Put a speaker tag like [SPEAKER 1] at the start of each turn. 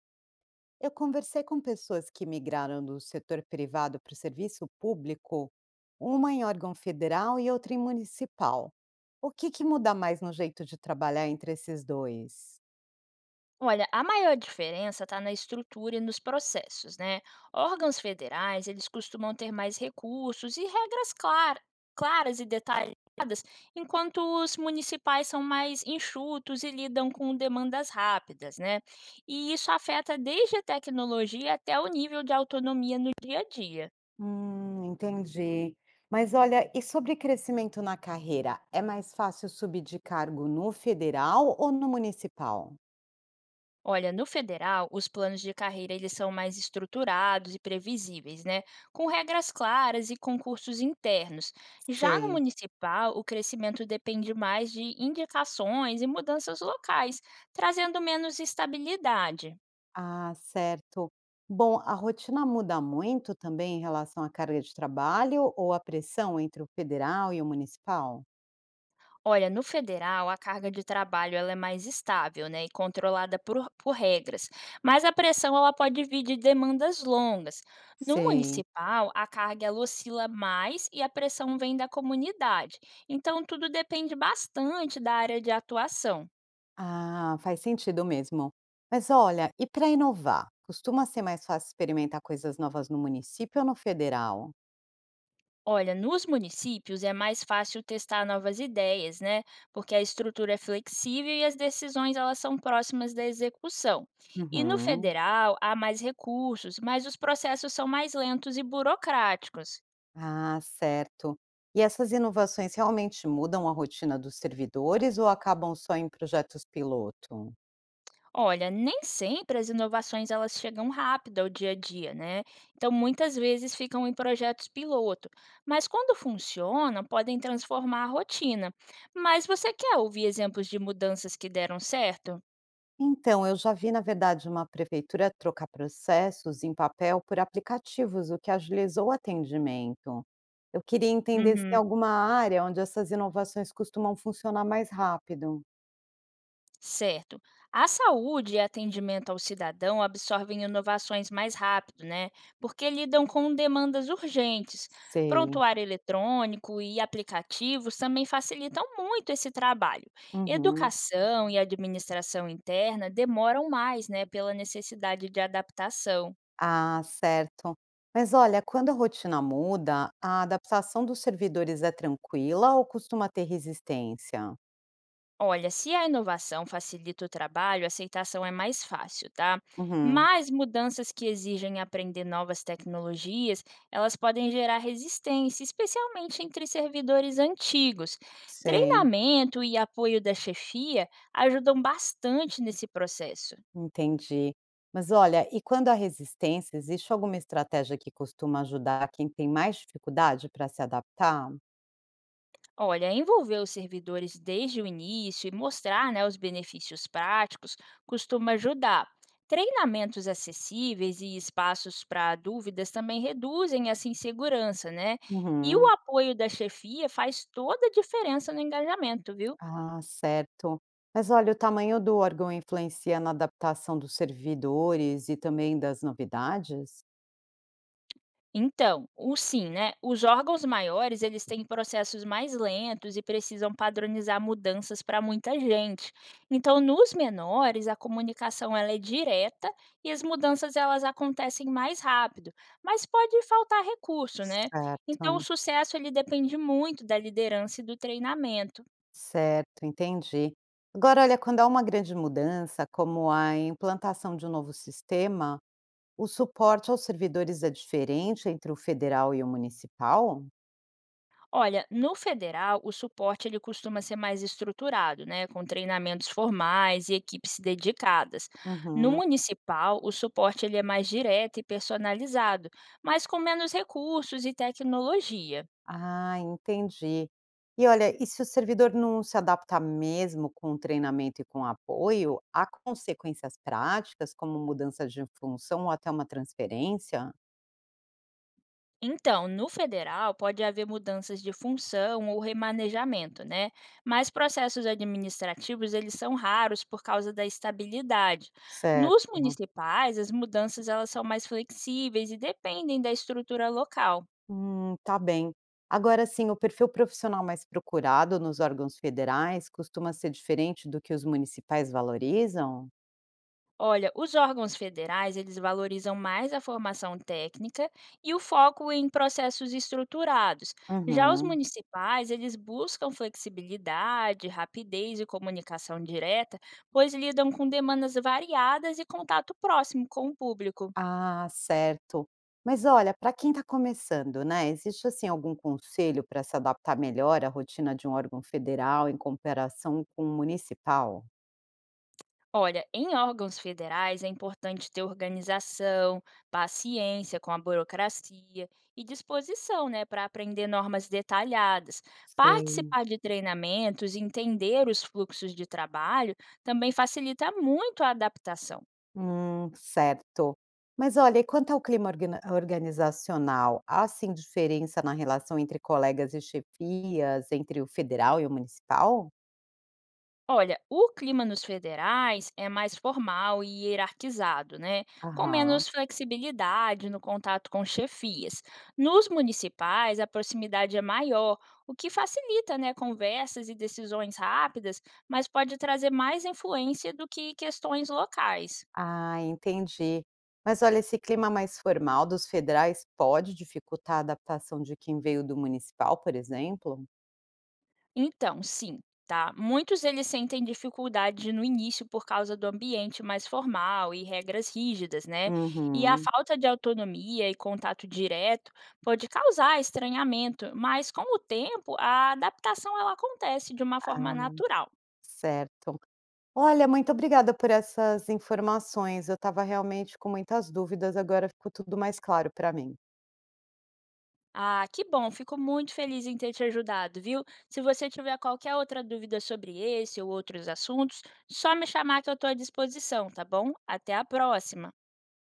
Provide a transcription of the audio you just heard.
[SPEAKER 1] Eu conversei com pessoas que migraram do setor privado para o serviço público, uma em órgão federal e outra em municipal. O que muda mais no jeito de trabalhar entre esses dois?
[SPEAKER 2] Olha, a maior diferença está na estrutura e nos processos, né? Órgãos federais, eles costumam ter mais recursos e regras claras e detalhes, enquanto os municipais são mais enxutos e lidam com demandas rápidas, né? E isso afeta desde a tecnologia até o nível de autonomia no dia a dia.
[SPEAKER 1] Entendi. Mas olha, e sobre crescimento na carreira? É mais fácil subir de cargo no federal ou no municipal?
[SPEAKER 2] Olha, no federal, os planos de carreira eles são mais estruturados e previsíveis, né? Com regras claras e concursos internos. Já no
[SPEAKER 1] Sei.
[SPEAKER 2] municipal, o crescimento depende mais de indicações e mudanças locais, trazendo menos estabilidade.
[SPEAKER 1] Ah, certo. Bom, a rotina muda muito também em relação à carga de trabalho ou à pressão entre o federal e o municipal?
[SPEAKER 2] Olha, no federal, a carga de trabalho ela é mais estável, né, e controlada por regras, mas a pressão ela pode vir de demandas longas. No
[SPEAKER 1] Sei.
[SPEAKER 2] municipal, a carga ela oscila mais e a pressão vem da comunidade. Então, tudo depende bastante da área de atuação.
[SPEAKER 1] Ah, faz sentido mesmo. Mas olha, e para inovar? Costuma ser mais fácil experimentar coisas novas no município ou no federal?
[SPEAKER 2] Olha, nos municípios é mais fácil testar novas ideias, né? Porque a estrutura é flexível e as decisões elas são próximas da execução. E no
[SPEAKER 1] Uhum.
[SPEAKER 2] federal há mais recursos, mas os processos são mais lentos e burocráticos.
[SPEAKER 1] Ah, certo. E essas inovações realmente mudam a rotina dos servidores ou acabam só em projetos piloto?
[SPEAKER 2] Olha, nem sempre as inovações elas chegam rápido ao dia a dia, né? Então muitas vezes ficam em projetos piloto, mas quando funcionam, podem transformar a rotina. Mas você quer ouvir exemplos de mudanças que deram certo?
[SPEAKER 1] Então, eu já vi, na verdade, uma prefeitura trocar processos em papel por aplicativos, o que agilizou o atendimento. Eu queria entender se tem
[SPEAKER 2] Uhum.
[SPEAKER 1] alguma área onde essas inovações costumam funcionar mais rápido.
[SPEAKER 2] Certo. A saúde e atendimento ao cidadão absorvem inovações mais rápido, né? Porque lidam com demandas urgentes.
[SPEAKER 1] Sei.
[SPEAKER 2] Prontuário eletrônico e aplicativos também facilitam muito esse trabalho.
[SPEAKER 1] Uhum.
[SPEAKER 2] Educação e administração interna demoram mais, né, pela necessidade de adaptação.
[SPEAKER 1] Ah, certo. Mas olha, quando a rotina muda, a adaptação dos servidores é tranquila ou costuma ter resistência?
[SPEAKER 2] Olha, se a inovação facilita o trabalho, a aceitação é mais fácil, tá?
[SPEAKER 1] Uhum.
[SPEAKER 2] Mas mudanças que exigem aprender novas tecnologias, elas podem gerar resistência, especialmente entre servidores antigos.
[SPEAKER 1] Sei.
[SPEAKER 2] Treinamento e apoio da chefia ajudam bastante nesse processo.
[SPEAKER 1] Entendi. Mas olha, e quando há resistência, existe alguma estratégia que costuma ajudar quem tem mais dificuldade para se adaptar?
[SPEAKER 2] Olha, envolver os servidores desde o início e mostrar, né, os benefícios práticos costuma ajudar. Treinamentos acessíveis e espaços para dúvidas também reduzem essa insegurança, né? E o
[SPEAKER 1] Uhum.
[SPEAKER 2] apoio da chefia faz toda a diferença no engajamento, viu?
[SPEAKER 1] Ah, certo. Mas olha, o tamanho do órgão influencia na adaptação dos servidores e também das novidades?
[SPEAKER 2] Então, o sim, né? Os órgãos maiores, eles têm processos mais lentos e precisam padronizar mudanças para muita gente. Então, nos menores, a comunicação ela é direta e as mudanças elas acontecem mais rápido, mas pode faltar recurso, né? Então, o
[SPEAKER 1] Certo,
[SPEAKER 2] sucesso ele depende muito da liderança e do treinamento.
[SPEAKER 1] certo, entendi. Agora, olha, quando há uma grande mudança, como a implantação de um novo sistema, o suporte aos servidores é diferente entre o federal e o municipal?
[SPEAKER 2] Olha, no federal, o suporte ele costuma ser mais estruturado, né, com treinamentos formais e equipes dedicadas. No
[SPEAKER 1] Uhum.
[SPEAKER 2] municipal, o suporte ele é mais direto e personalizado, mas com menos recursos e tecnologia.
[SPEAKER 1] Ah, entendi. E olha, e se o servidor não se adapta mesmo com o treinamento e com o apoio, há consequências práticas, como mudança de função ou até uma transferência?
[SPEAKER 2] Então, no federal, pode haver mudanças de função ou remanejamento, né? Mas processos administrativos, eles são raros por causa da estabilidade. Nos
[SPEAKER 1] Certo.
[SPEAKER 2] municipais, as mudanças elas são mais flexíveis e dependem da estrutura local.
[SPEAKER 1] Tá bem. Agora sim, o perfil profissional mais procurado nos órgãos federais costuma ser diferente do que os municipais valorizam?
[SPEAKER 2] Olha, os órgãos federais, eles valorizam mais a formação técnica e o foco em processos estruturados. Já os
[SPEAKER 1] Uhum.
[SPEAKER 2] municipais, eles buscam flexibilidade, rapidez e comunicação direta, pois lidam com demandas variadas e contato próximo com o público.
[SPEAKER 1] Ah, certo. Mas olha, para quem está começando, né, existe assim algum conselho para se adaptar melhor à rotina de um órgão federal em comparação com um municipal?
[SPEAKER 2] Olha, em órgãos federais é importante ter organização, paciência com a burocracia e disposição, né, para aprender normas detalhadas.
[SPEAKER 1] Sei.
[SPEAKER 2] Participar de treinamentos e entender os fluxos de trabalho também facilita muito a adaptação.
[SPEAKER 1] Certo. Mas olha, e quanto ao clima organizacional, há sim diferença na relação entre colegas e chefias, entre o federal e o municipal?
[SPEAKER 2] Olha, o clima nos federais é mais formal e hierarquizado, né? Com
[SPEAKER 1] Aham.
[SPEAKER 2] menos flexibilidade no contato com chefias. Nos municipais, a proximidade é maior, o que facilita, né, conversas e decisões rápidas, mas pode trazer mais influência do que questões locais.
[SPEAKER 1] Ah, entendi. Mas olha, esse clima mais formal dos federais pode dificultar a adaptação de quem veio do municipal, por exemplo?
[SPEAKER 2] Então, sim, tá? Muitos eles sentem dificuldade no início por causa do ambiente mais formal e regras rígidas, né? E a
[SPEAKER 1] Uhum.
[SPEAKER 2] falta de autonomia e contato direto pode causar estranhamento, mas com o tempo a adaptação ela acontece de uma forma
[SPEAKER 1] Ah,
[SPEAKER 2] natural.
[SPEAKER 1] certo. Olha, muito obrigada por essas informações. Eu estava realmente com muitas dúvidas, agora ficou tudo mais claro para mim.
[SPEAKER 2] Ah, que bom, fico muito feliz em ter te ajudado, viu? Se você tiver qualquer outra dúvida sobre esse ou outros assuntos, só me chamar que eu estou à disposição, tá bom? Até a próxima!